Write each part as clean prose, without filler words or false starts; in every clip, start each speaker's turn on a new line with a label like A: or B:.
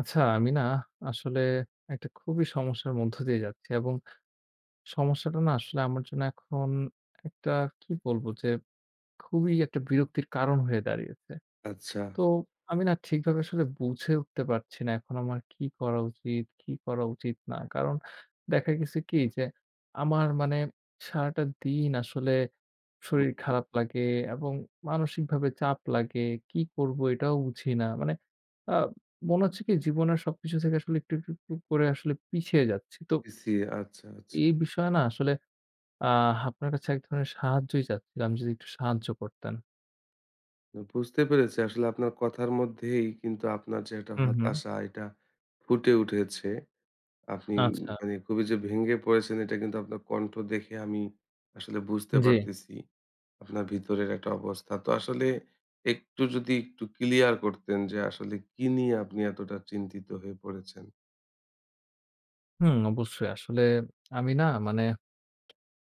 A: আচ্ছা আমি না আসলে একটা খুবই সমস্যার মধ্য দিয়ে যাচ্ছি এবং সমস্যাটা না আসলে আমার জন্য এখন একটা কি বলবো যে খুবই একটা বিরক্তির কারণ হয়ে দাঁড়িয়েছে।
B: আচ্ছা।
A: তো আমি না ঠিকভাবে আসলে বুঝে উঠতে পারছি না এখন আমার কি করা উচিত, কি করা উচিত না। কারণ দেখা গেছে কি যে আমার মানে সারাটা দিন আসলে
B: হুম,
A: শরীর
B: হুম।
A: খারাপ লাগে এবং মানসিকভাবে চাপ লাগে। কি করবো এটাও বুঝি না। মানে আ মনে হচ্ছে কি জীবনের সবকিছু থেকে আসলে একটু, একটু, একটু করে আসলে পিছিয়ে যাচ্ছি। তো
B: আচ্ছা, আচ্ছা।
A: এই বিষয়ে না আসলে আ আপনার কাছে এক ধরনের সাহায্যই চাচ্ছিলাম যদি একটু সাহায্য করতেন।
B: বুঝতে পেরেছি আসলে আপনার কথার মধ্যেই কিন্তু আপনার যে একটা
A: হুম, হুম।
B: হতাশা এটা ফুটে উঠেছে। আপনি
A: আচ্ছা।
B: মানে খুবই যে ভেঙে পড়েছেন এটা কিন্তু আপনার কণ্ঠ দেখে আমি আসলে বুঝতে
A: জি।
B: পারতেছি আপনার ভিতরের একটা অবস্থা। তো আসলে যদি একটু ক্লিয়ার করতেন যে আসলে কি নিয়ে আপনি এতটা চিন্তিত হয়ে পড়েছেন?
A: হুম, অবশ্যই। আসলে আমি না মানে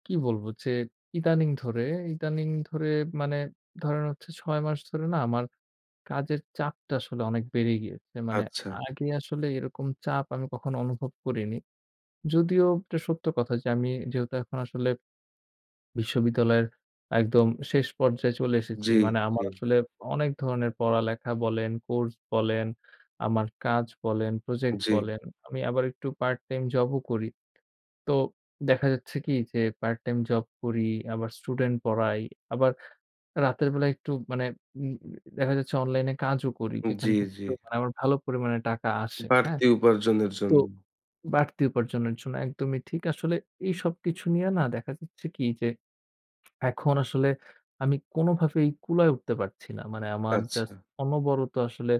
A: কি বলব যে ইদানিং ধরে, ইদানিং ধরে মানে ধরেন হচ্ছে ৬ মাস ধরে না আমার কাজের চাপটা আসলে অনেক বেড়ে গিয়েছে। মানে
B: আচ্ছা।
A: আগে আসলে এরকম চাপ আমি কখনো অনুভব করিনি। যদিও এটা সত্য কথা যে আমি যেহেতু এখন আসলে বিশ্ববিদ্যালয়ের একদম শেষ পর্যায়ে চলে এসেছি।
B: জি,
A: মানে
B: জি,
A: আমার আসলে অনেক ধরনের পড়ালেখা বলেন, কোর্স বলেন, আমার কাজ বলেন, প্রজেক্ট
B: জি,
A: বলেন, আমি আবার একটু পার্ট টাইম জবও করি। তো দেখা যাচ্ছে কি যে পার্ট টাইম জব করি, আবার স্টুডেন্ট পড়াই, আবার রাতের বেলা একটু মানে উম দেখা যাচ্ছে অনলাইনে কাজও করি। যেখান
B: জি,
A: থেকে
B: জি।
A: একটু মানে আমার ভালো পরিমাণে টাকা আসে। হ্যাঁ?
B: বাড়তি উপার্জনের
A: তো
B: জন্য।
A: বাড়তি উপার্জনের জন্য একদমই ঠিক। আসলে এই সবকিছু নিয়ে না দেখা যাচ্ছে কি যে এখন আসলে আমি কোনোভাবেই কুলায় উঠতে পারছি না। মানে আমার
B: আচ্ছা।
A: জাস্ট অনবরত আসলে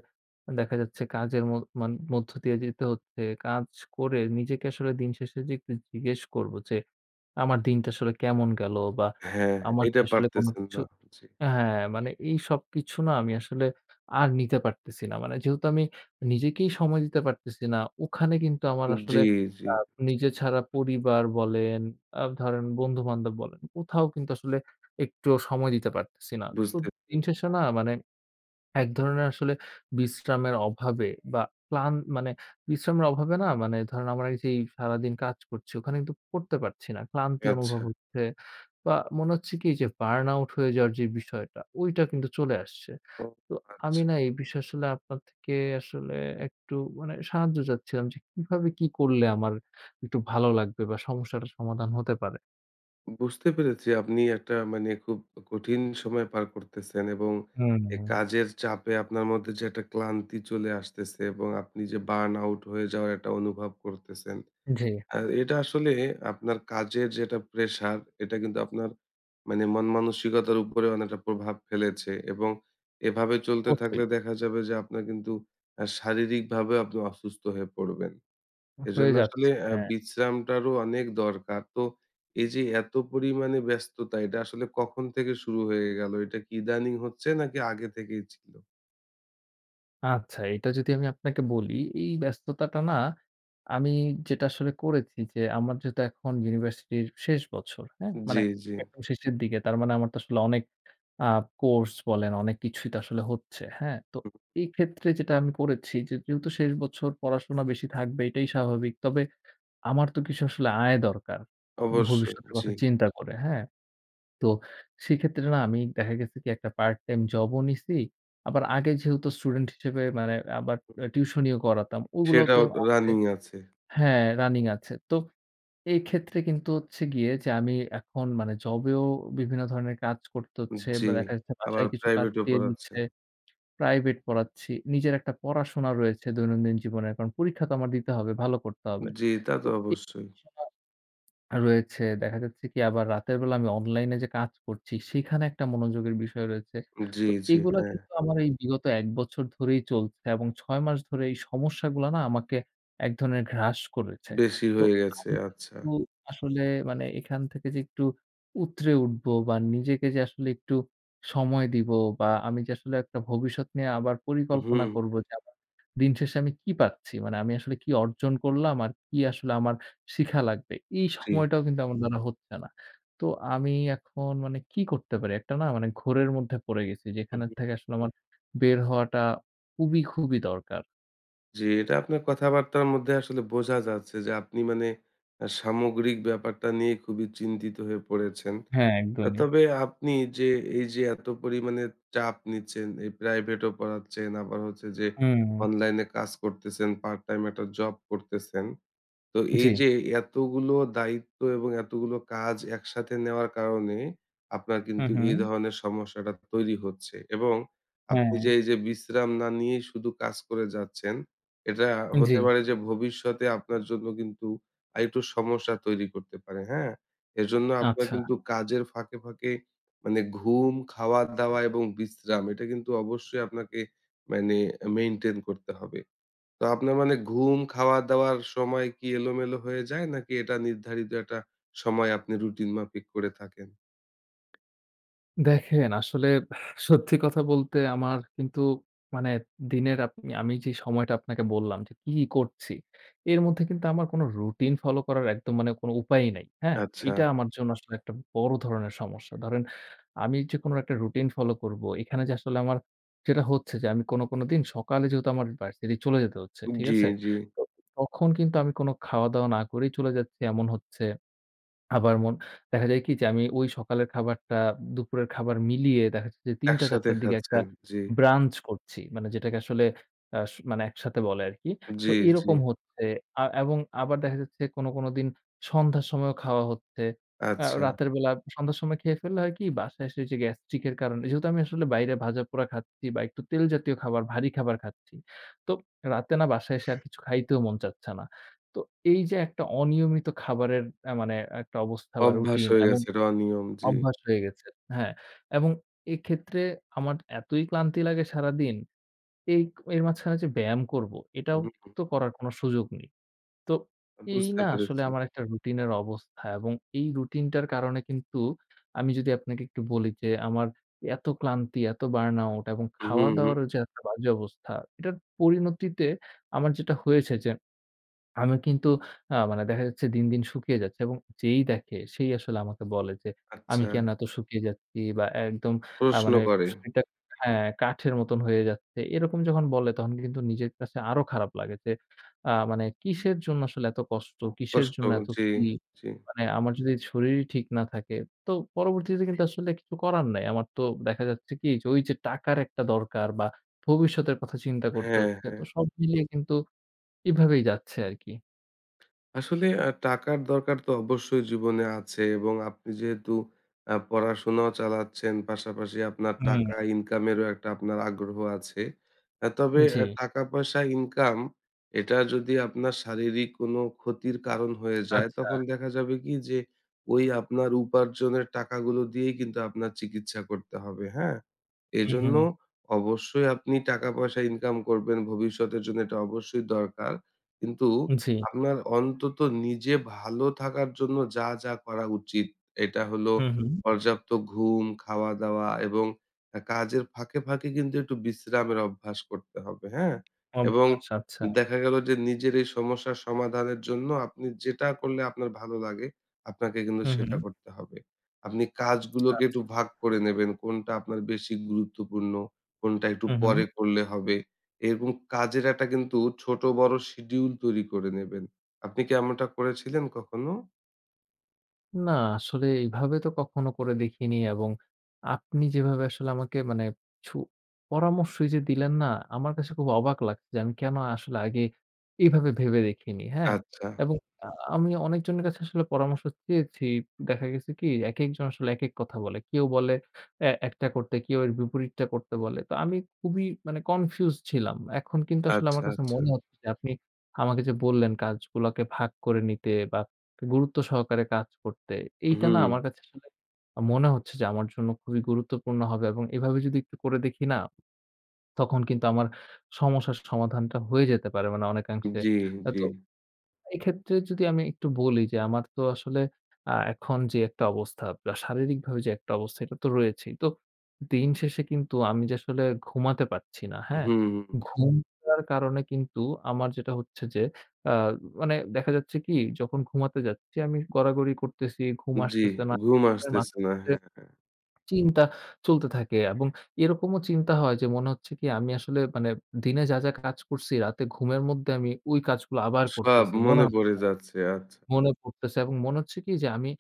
A: দেখা যাচ্ছে কাজের মান মধ্য দিয়ে যেতে হচ্ছে। কাজ করে নিজেকে আসলে দিন শেষে যে একটু জিজ্ঞেস করব যে, আমার দিনটা আসলে কেমন গেল? বা
B: হ্যাঁ,
A: আমার কি
B: এটা
A: আসলে কোনো
B: পারতেছেন
A: কিছু
B: না। জি,
A: হ্যাঁ, মানে এই সবকিছু না আমি আসলে আর নিতে পারতেছি না। মানে যেহেতু আমি নিজেকেই সময় দিতে পারতেছি না, ওখানে কিন্তু আমার
B: জি, জি,
A: আসলে
B: জি।
A: আ নিজে ছাড়া পরিবার বলেন, ধরেন বন্ধু-বান্ধব বলেন, কোথাও কিন্তু আসলে একটুও সময় দিতে পারতেছি না। তো
B: বুঝতে পেরেছি।
A: দিন শেষে না মানে এক ধরনের আসলে বিশ্রামের অভাবে বা প্লান মানে বিশ্রামের অভাবে না মানে ধরেন আমরা এই যে এই সারাদিন কাজ করছি ওখানে কিন্তু করতে পারছি না। ক্লান্তি অনুভব
B: আচ্ছা।
A: হচ্ছে বা মনে হচ্ছে কি যে বার্ন আউট হয়ে যাওয়ার যে বিষয়টা ওইটা কিন্তু চলে আসছে।
B: ও
A: তো আমি
B: আচ্ছা।
A: না এই বিষয়ে আসলে আপনার থেকে আসলে একটু মানে সাহায্য চাচ্ছিলাম যে কিভাবে কি করলে আমার একটু ভালো লাগবে বা সমস্যাটার সমাধান হতে পারে?
B: বুঝতে পেরেছি আপনি একটা মানে খুব কঠিন সময় পার করতেছেন এবং এই
A: হুম,
B: কাজের চাপে আপনার মধ্যে যে একটা ক্লান্তি চলে আসতেছে এবং আপনি যে বার্ন আউট হয়ে যাওয়ার একটা অনুভব করতেছেন।
A: জি,
B: আর এটা আসলে আপনার কাজের যেটা প্রেশার এটা কিন্তু আপনার মানে মন মানসিকতার উপরে অনেকটা প্রভাব ফেলেছে এবং এভাবে চলতে
A: অবশ্যই।
B: থাকলে দেখা যাবে যে আপনার কিন্তু শারীরিক ভাবে আপনি অসুস্থ হয়ে পড়বেন।
A: হয়ে
B: এজন্য আসলে
A: যাচ্ছে। হ্যাঁ।
B: বিশ্রামটারও অনেক দরকার। তো এই যে এত পরিমাণে ব্যস্ততা এটা আসলে কখন থেকে শুরু হয়ে গেল, এটা কি ইদানিং হচ্ছে নাকি আগে থেকেই ছিল?
A: আচ্ছা, এটা যদি আমি আপনাকে বলি, এই ব্যস্ততাটা না আমি যেটা আসলে করেছি যে, আমার যেহেতু এখন ইউনিভার্সিটির শেষ বছর, হ্যাঁ? মানে
B: জি জি
A: একদম শেষের দিকে। তার মানে আমার তো আসলে অনেক আ কোর্স বলেন, অনেক কিছুই তো আসলে হচ্ছে, হ্যাঁ? তো
B: হুম,
A: এই ক্ষেত্রে যেটা আমি করেছি যে, যেহেতু শেষ বছর পড়াশোনা বেশি থাকবে এটাই স্বাভাবিক। তবে আমার তো কিছু আসলে আয় দরকার।
B: অবশ্যই
A: ভবিষ্যতের
B: জি।
A: কথা চিন্তা করে, হ্যাঁ? তো সেক্ষেত্রে না আমি দেখা গেছে কি একটা পার্ট টাইম জবও নিছি। আবার আগে যেহেতু স্টুডেন্ট হিসেবে মানে আবার টিউশনিও করাতাম। ওগুলাও তো
B: সেটাও
A: আছে
B: রানিং আছে।
A: হ্যাঁ, রানিং আছে। তো এই ক্ষেত্রে কিন্তু হচ্ছে গিয়ে যে আমি এখন মানে জবেও বিভিন্ন ধরনের কাজ করতে হচ্ছে
B: জি,
A: বা দেখা যাচ্ছে
B: আবার
A: বাসায় কিছু কাজ
B: প্রাইভেটেও
A: দিয়ে দিচ্ছে,
B: পড়াচ্ছেন।
A: প্রাইভেট পড়াচ্ছি। নিজের একটা পড়াশোনা রয়েছে দৈনন্দিন জীবনে। কারণ পরীক্ষা তো আমার দিতে হবে, ভালো করতে হবে।
B: জি, তা তো
A: তো এই
B: অবশ্যই।
A: রয়েছে। দেখা যাচ্ছে কি আবার রাতের বেলা আমি অনলাইনে যে কাজ করছি, সেখানে একটা মনোযোগের বিষয় রয়েছে।
B: জি,
A: তো
B: জি,
A: এগুলা
B: হ্যাঁ।
A: কিন্তু আমার এই বিগত ১ বছর ধরেই চলছে এবং ৬ মাস ধরে এই সমস্যাগুলা না আমাকে এক ধরনের গ্রাস করেছে।
B: বেশি
A: তো
B: হয়ে গেছে।
A: আমি
B: আচ্ছা।
A: কিন্তু আসলে মানে এখান থেকে যে একটু উতরে উঠবো বা নিজেকে যে আসলে একটু সময় দিব বা আমি যে আসলে একটা ভবিষ্যৎ নিয়ে আবার
B: হুম,
A: পরিকল্পনা করব যে আমার দিন শেষে আমি কি পাচ্ছি? মানে আমি আসলে কি অর্জন করলাম? আর কি আসলে আমার শিখা লাগবে। এই
B: জি,
A: সময়টাও কিন্তু আমার হুম। দ্বারা হচ্ছে না। তো আমি এখন মানে কি করতে পারি? একটা না মানে ঘোরের মধ্যে পড়ে গেছি।
B: হুম,
A: যেখানের থেকে আসলে আমার বের হওয়াটা খুবই, খুবই দরকার।
B: জি। এটা আপনার কথাবার্তার মধ্যে আসলে বোঝা যাচ্ছে যে আপনি মানে সামগ্রিক ব্যাপারটা নিয়ে খুবই চিন্তিত হয়ে পড়েছেন।
A: হ্যাঁ, একদমই।
B: তবে আপনি যে এই যে এত পরিমাণে চাপ নিচ্ছেন, এই প্রাইভেটও পড়াচ্ছেন, আবার হচ্ছে যে
A: হুম,
B: অনলাইনে কাজ করতেছেন, পার্ট টাইম একটা জব করতেছেন। তো
A: জি।
B: এই যে এতগুলো দায়িত্ব এবং এতগুলো কাজ একসাথে নেওয়ার কারণে আপনার
A: হু,
B: কিন্তু
A: হু।
B: এই ধরনের সমস্যাটা তৈরি হচ্ছে এবং আপনি
A: হ্যাঁ,
B: যে এই যে বিশ্রাম না নিয়ে শুধু কাজ করে যাচ্ছেন এটা
A: জি।
B: হতে পারে যে ভবিষ্যতে আপনার জন্য কিন্তু আর একটু সমস্যা তৈরি করতে পারে, হ্যাঁ? এজন্য আপনার
A: আচ্ছা।
B: কিন্তু কাজের ফাঁকে ফাঁকে মানে ঘুম খাওয়া দাওয়া এবং বিশ্রাম এটা কিন্তু অবশ্যই আপনাকে মানে মেনটেন করতে হবে। তো আপনার মানে ঘুম, খাওয়া-দাওয়ার সময় কি এলোমেলো হয়ে যায়? নাকি এটা নির্ধারিত একটা সময় আপনি রুটিন মাফিক করে থাকেন?
A: দেখেন, আসলে সত্যি কথা বলতে আমার কিন্তু মানে দিনের আপনি আমি যে সময়টা আপনাকে বললাম যে কি, কি করছি, এর মধ্যে কিন্তু আমার কোনো রুটিন ফলো করার একদম মানে কোনো উপায়ই নাই। হ্যাঁ?
B: আচ্ছা।
A: এটা আমার জন্য আসলে একটা বড় ধরনের সমস্যা। ধরেন আমি যে কোনো একটা রুটিন ফলো করবো, এখানে যে আসলে আমার যেটা হচ্ছে যে আমি কোনো, কোনো দিন সকালে যেহেতু আমার ভার্সিটি চলে যেতে হচ্ছে। ঠিক
B: জি,
A: আছে?
B: জি।
A: তো তখন কিন্তু আমি কোনো খাওয়া-দাওয়া না করেই চলে যাচ্ছি। এমন হচ্ছে। আবার মন দেখা যায় কি যে আমি ওই সকালের খাবারটা দুপুরের খাবার মিলিয়ে দেখা যাচ্ছে যে ৩টা ৪
B: একসাথে
A: টার দিকে একটা
B: খাচ্ছেন। জি,
A: ব্রাঞ্চ করছি। মানে যেটাকে আসলে আ স মানে একসাথে বলে আরকি।
B: জি,
A: তো
B: জি।
A: এরকম হচ্ছে এবং আবার দেখা যাচ্ছে কোনো, কোনো দিন সন্ধ্যার সময়ও খাওয়া হচ্ছে।
B: আচ্ছা।
A: রাতের বেলা সন্ধ্যার সময় খেয়ে ফেললে হয় কি বাসায় এসে যে গ্যাস্ট্রিক এর কারণে যেহেতু আমি আসলে বাইরে ভাজাপোড়া খাচ্ছি বা একটু তেল জাতীয় খাবার, ভারী খাবার খাচ্ছি। তো রাতে না বাসায় এসে আর কিছু খাইতেও মন চাচ্ছে না। তো এই যে একটা অনিয়মিত খাবারের মানে একটা অবস্থা বা
B: অভ্যাস
A: রুটিন
B: হয়ে
A: এবং
B: গেছে, এটা অনিয়ম। জি।
A: অভ্যাস হয়ে গেছে। হ্যাঁ, এবং এক্ষেত্রে আমার এতই ক্লান্তি লাগে সারাদিন, এই এর মাঝখানে যে ব্যায়াম করব, এটাও
B: হুম,
A: তো করার কোনো সুযোগ নেই। তো এই
B: বুঝতে
A: না আসলে
B: পেরেছি।
A: আমার একটা রুটিনের অবস্থা এবং এই রুটিনটার কারণে কিন্তু আমি যদি আপনাকে একটু বলি যে আমার এত ক্লান্তি, এত বার্ন আউট এবং
B: হুম, হুম।
A: খাওয়া-দাওয়ারও যে একটা বাজে অবস্থা, এটার পরিণতিতে আমার যেটা হয়েছে যে আমি কিন্তু মানে দেখা যাচ্ছে দিন, দিন শুকিয়ে যাচ্ছি এবং যেই দেখে সেই আসলে আমাকে বলে যে, "আমি
B: আচ্ছা।
A: কেন এত শুকিয়ে যাচ্ছি?" বা একদম
B: প্রশ্ন
A: মানে
B: করে।
A: শরীরটা হ্যাঁ, কাঠের মতন হয়ে যাচ্ছে। এরকম যখন বলে তখন কিন্তু নিজের কাছে আরো খারাপ লাগে যে, মানে কিসের জন্য আসলে এত কষ্ট? কিসের
B: কষ্ট।
A: জন্য এত
B: জি,
A: কি?
B: জি।
A: মানে আমার যদি শরীরই ঠিক না থাকে, তো পরবর্তীতে কিন্তু আসলে কিছু করার নাই। আমার তো দেখা যাচ্ছে কি যে, ওই যে টাকার একটা দরকার বা ভবিষ্যতের কথা চিন্তা করতে
B: হ্যাঁ,
A: হচ্ছে।
B: হ্যাঁ।
A: তো সব মিলিয়ে কিন্তু এভাবেই যাচ্ছে আরকি।
B: আসলে টাকার দরকার তো অবশ্যই জীবনে আছে এবং আপনি যেহেতু পড়াশোনাও চালাচ্ছেন, পাশাপাশি আপনার
A: হুম,
B: টাকা ইনকামেরও একটা আপনার আগ্রহ আছে। তবে
A: জি।
B: টাকা-পয়সা ইনকাম এটা যদি আপনার শারীরিক কোনো ক্ষতির কারণ হয়ে যায়,
A: আচ্ছা।
B: তখন দেখা যাবে কি যে ওই আপনার উপার্জনের টাকাগুলো দিয়েই কিন্তু আপনার চিকিৎসা করতে হবে, হ্যাঁ?
A: হুম,
B: এজন্য
A: হুম।
B: অবশ্যই আপনি টাকা-পয়সা ইনকাম করবেন ভবিষ্যতের জন্য, এটা অবশ্যই দরকার। কিন্তু
A: জি।
B: আপনার অন্তত নিজে ভালো থাকার জন্য যা, যা করা উচিত এটা হলো
A: হুম, হুম।
B: পর্যাপ্ত ঘুম, খাওয়া-দাওয়া এবং কাজের ফাঁকে, ফাঁকে কিন্তু একটু বিশ্রামের অভ্যাস করতে হবে, হ্যাঁ? এবং
A: অভ্যাস আচ্ছা।
B: দেখা গেল যে নিজের এই সমস্যার সমাধানের জন্য আপনি যেটা করলে আপনার ভালো লাগে আপনাকে কিন্তু
A: হুম, হুম।
B: সেটা করতে হবে। আপনি কাজগুলোকে
A: আচ্ছা।
B: একটু ভাগ করে নেবেন। কোনটা আপনার বেশি গুরুত্বপূর্ণ, কোনটা একটু
A: হুম, হুম।
B: পরে করলে হবে। এরকম কাজের একটা কিন্তু ছোট বড় শিডিউল তৈরি করে নেবেন। আপনি কি এমনটা করেছিলেন কখনো?
A: না, আসলে এইভাবে তো কখনো করে দেখিনি এবং আপনি যেভাবে আসলে আমাকে মানে কিছু পরামর্শই যে দিলেন না, আমার কাছে খুব অবাক লাগছে যে আমি কেন আসলে আগে এইভাবে ভেবে দেখিনি, হ্যাঁ?
B: আচ্ছা,
A: এবং আ আমি অনেকজনের কাছে আসলে পরামর্শ চেয়েছি। দেখা গেছে কি একেকজন আসলে একেক কথা বলে। কেউ বলে এ একটা করতে, কেউ এর বিপরীতটা করতে বলে। তো আমি খুবই মানে কনফিউজড ছিলাম। এখন কিন্তু আসলে
B: আচ্ছা,
A: আমার কাছে
B: আচ্ছা।
A: মনে হচ্ছে যে আপনি আমাকে যে বললেন কাজগুলাকে ভাগ করে নিতে বা গুরুত্ব সহকারে কাজ করতে। এইটা না
B: হুম,
A: আমার কাছে আসলে মনে হচ্ছে যে আমার জন্য খুবই গুরুত্বপূর্ণ হবে এবং এভাবে যদি একটু করে দেখি না, তখন কিন্তু আমার সমস্যার সমাধানটা হয়ে যেতে পারে মানে অনেকাংশে।
B: জি, জি।
A: তো এক্ষেত্রে যদি আমি একটু বলি যে আমার তো আসলে এখন যে একটা অবস্থা বা শারীরিকভাবে যে একটা অবস্থা এটা তো রয়েছেই। তো দিন শেষে কিন্তু আমি যে আসলে ঘুমাতে পারছি না, হ্যাঁ?
B: হুম, হুম,
A: হুম। ঘুমটার কারণে কিন্তু আমার যেটা হচ্ছে যে আ মানে দেখা যাচ্ছে কি যখন ঘুমাতে যাচ্ছি আমি গড়াগড়ি করতেছি, ঘুম
B: জি,
A: আসতেছে না। এক
B: ঘুম
A: ধরনের
B: আসতেছে
A: মাথার
B: না।
A: মধ্যে
B: হ্যাঁ, হ্যাঁ।
A: চিন্তা চলতে থাকে এবং এরকমও চিন্তা হয় যে মনে হচ্ছে কি আমি আসলে মানে দিনে যা, যা কাজ করছি রাতে ঘুমের মধ্যে আমি ওই কাজগুলো আবার
B: সব
A: করতেছি। মনে
B: মনে
A: হচ্ছে
B: পড়ে যাচ্ছে। আচ্ছা।
A: মনে পড়তেছে এবং মনে হচ্ছে কি যে আমি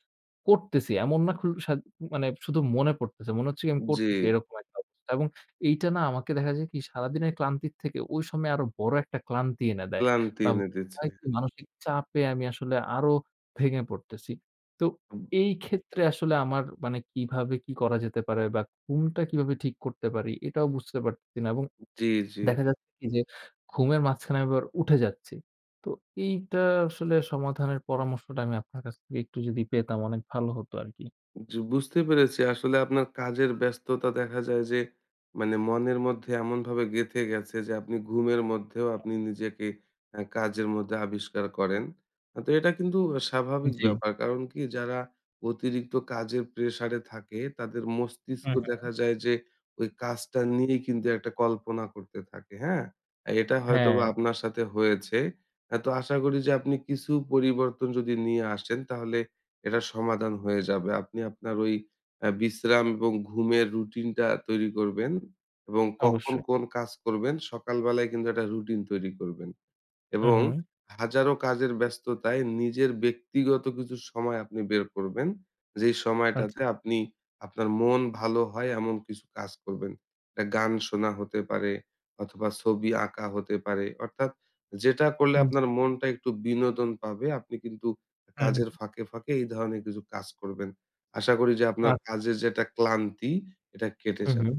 A: করতেছি। এমন না খু সা মানে শুধু মনে পড়তেছে। মনে হচ্ছে কি আমি
B: জি,
A: করতেছি এরকম একটা অবস্থা এবং এইটা না আমাকে দেখা যায় কি সারাদিনের ক্লান্তির থেকে ওই সময় আরো বড় একটা ক্লান্তি এনে দেয়।
B: ক্লান্তি
A: বা
B: এনে দিচ্ছে।
A: হয় কি মানসিক চাপে আমি আসলে আরো ভেঙে পড়তেছি। তো এই ক্ষেত্রে আসলে আমার মানে কিভাবে কি করা যেতে পারে বা ঘুমটা কিভাবে ঠিক করতে পারি এটাও বুঝতে পারতেছি না এবং
B: জি, জি।
A: দেখা যাচ্ছে কি যে ঘুমের মাঝখানে আমি আবার উঠে যাচ্ছি। তো এইটা আসলে সমাধানের পরামর্শটা আমি আপনার কাছ থেকে একটু যদি পেতাম অনেক ভালো হতো আরকি।
B: জি, বুঝতে পেরেছি। আসলে আপনার কাজের ব্যস্ততা দেখা যায় যে মানে মনের মধ্যে এমনভাবে গেঁথে গেছে যে আপনি ঘুমের মধ্যেও আপনি নিজেকে কাজের মধ্যে আবিষ্কার করেন। তো এটা কিন্তু স্বাভাবিক
A: জি।
B: ব্যাপার। কারণ কি যারা অতিরিক্ত কাজের প্রেশারে থাকে তাদের মস্তিষ্ক
A: হুম, হুম।
B: দেখা যায় যে ওই কাজটা নিয়েই কিন্তু একটা কল্পনা করতে থাকে, হ্যাঁ? আর এটা হয়তোবা
A: হ্যাঁ,
B: আপনার সাথে হয়েছে। তো আশা করি যে আপনি কিছু পরিবর্তন যদি নিয়ে আসেন তাহলে এটার সমাধান হয়ে যাবে। আপনি আপনার ওই বিশ্রাম এবং ঘুমের রুটিনটা তৈরি করবেন এবং কখন
A: অবশ্যই।
B: কোন কাজ করবেন সকালবেলায় কিন্তু একটা রুটিন তৈরি করবেন।
A: হুম,
B: এবং
A: হুম।
B: হাজারো কাজের ব্যস্ততায় নিজের ব্যক্তিগত কিছু সময় আপনি বের করবেন। যেই
A: আচ্ছা।
B: সময়টাতে আপনি আপনার মন ভালো হয় এমন কিছু কাজ করবেন। এটা গান শোনা হতে পারে অথবা ছবি আঁকা হতে পারে। অর্থাৎ যেটা করলে
A: জি।
B: আপনার মনটা একটু বিনোদন পাবে, আপনি কিন্তু
A: হুম, হুম।
B: কাজের ফাঁকে, ফাঁকে এই ধরনের কিছু কাজ করবেন। আশা করি যে আপনার
A: আচ্ছা।
B: কাজের যে একটা ক্লান্তি এটা কেটে
A: হুম,
B: যাবে।
A: হুম।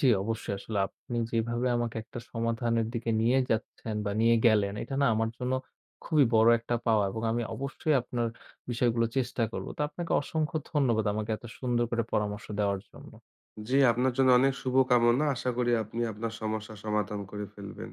A: জি, অবশ্যই আসলে আপনি যেভাবে আমাকে একটা সমাধানের দিকে নিয়ে যাচ্ছেন বা নিয়ে গেলেন, এটা না আমার জন্য খুবই বড় একটা পাওয়া এবং আমি অবশ্যই আপনার বিষয়গুলো চেষ্টা করব। তো আপনাকে অসংখ্য ধন্যবাদ আমাকে এত সুন্দর করে পরামর্শ দেওয়ার জন্য।
B: জি, আপনার জন্য অনেক শুভকামনা। আশা করি আপনি আপনার সমস্যা সমাধান করে ফেলবেন।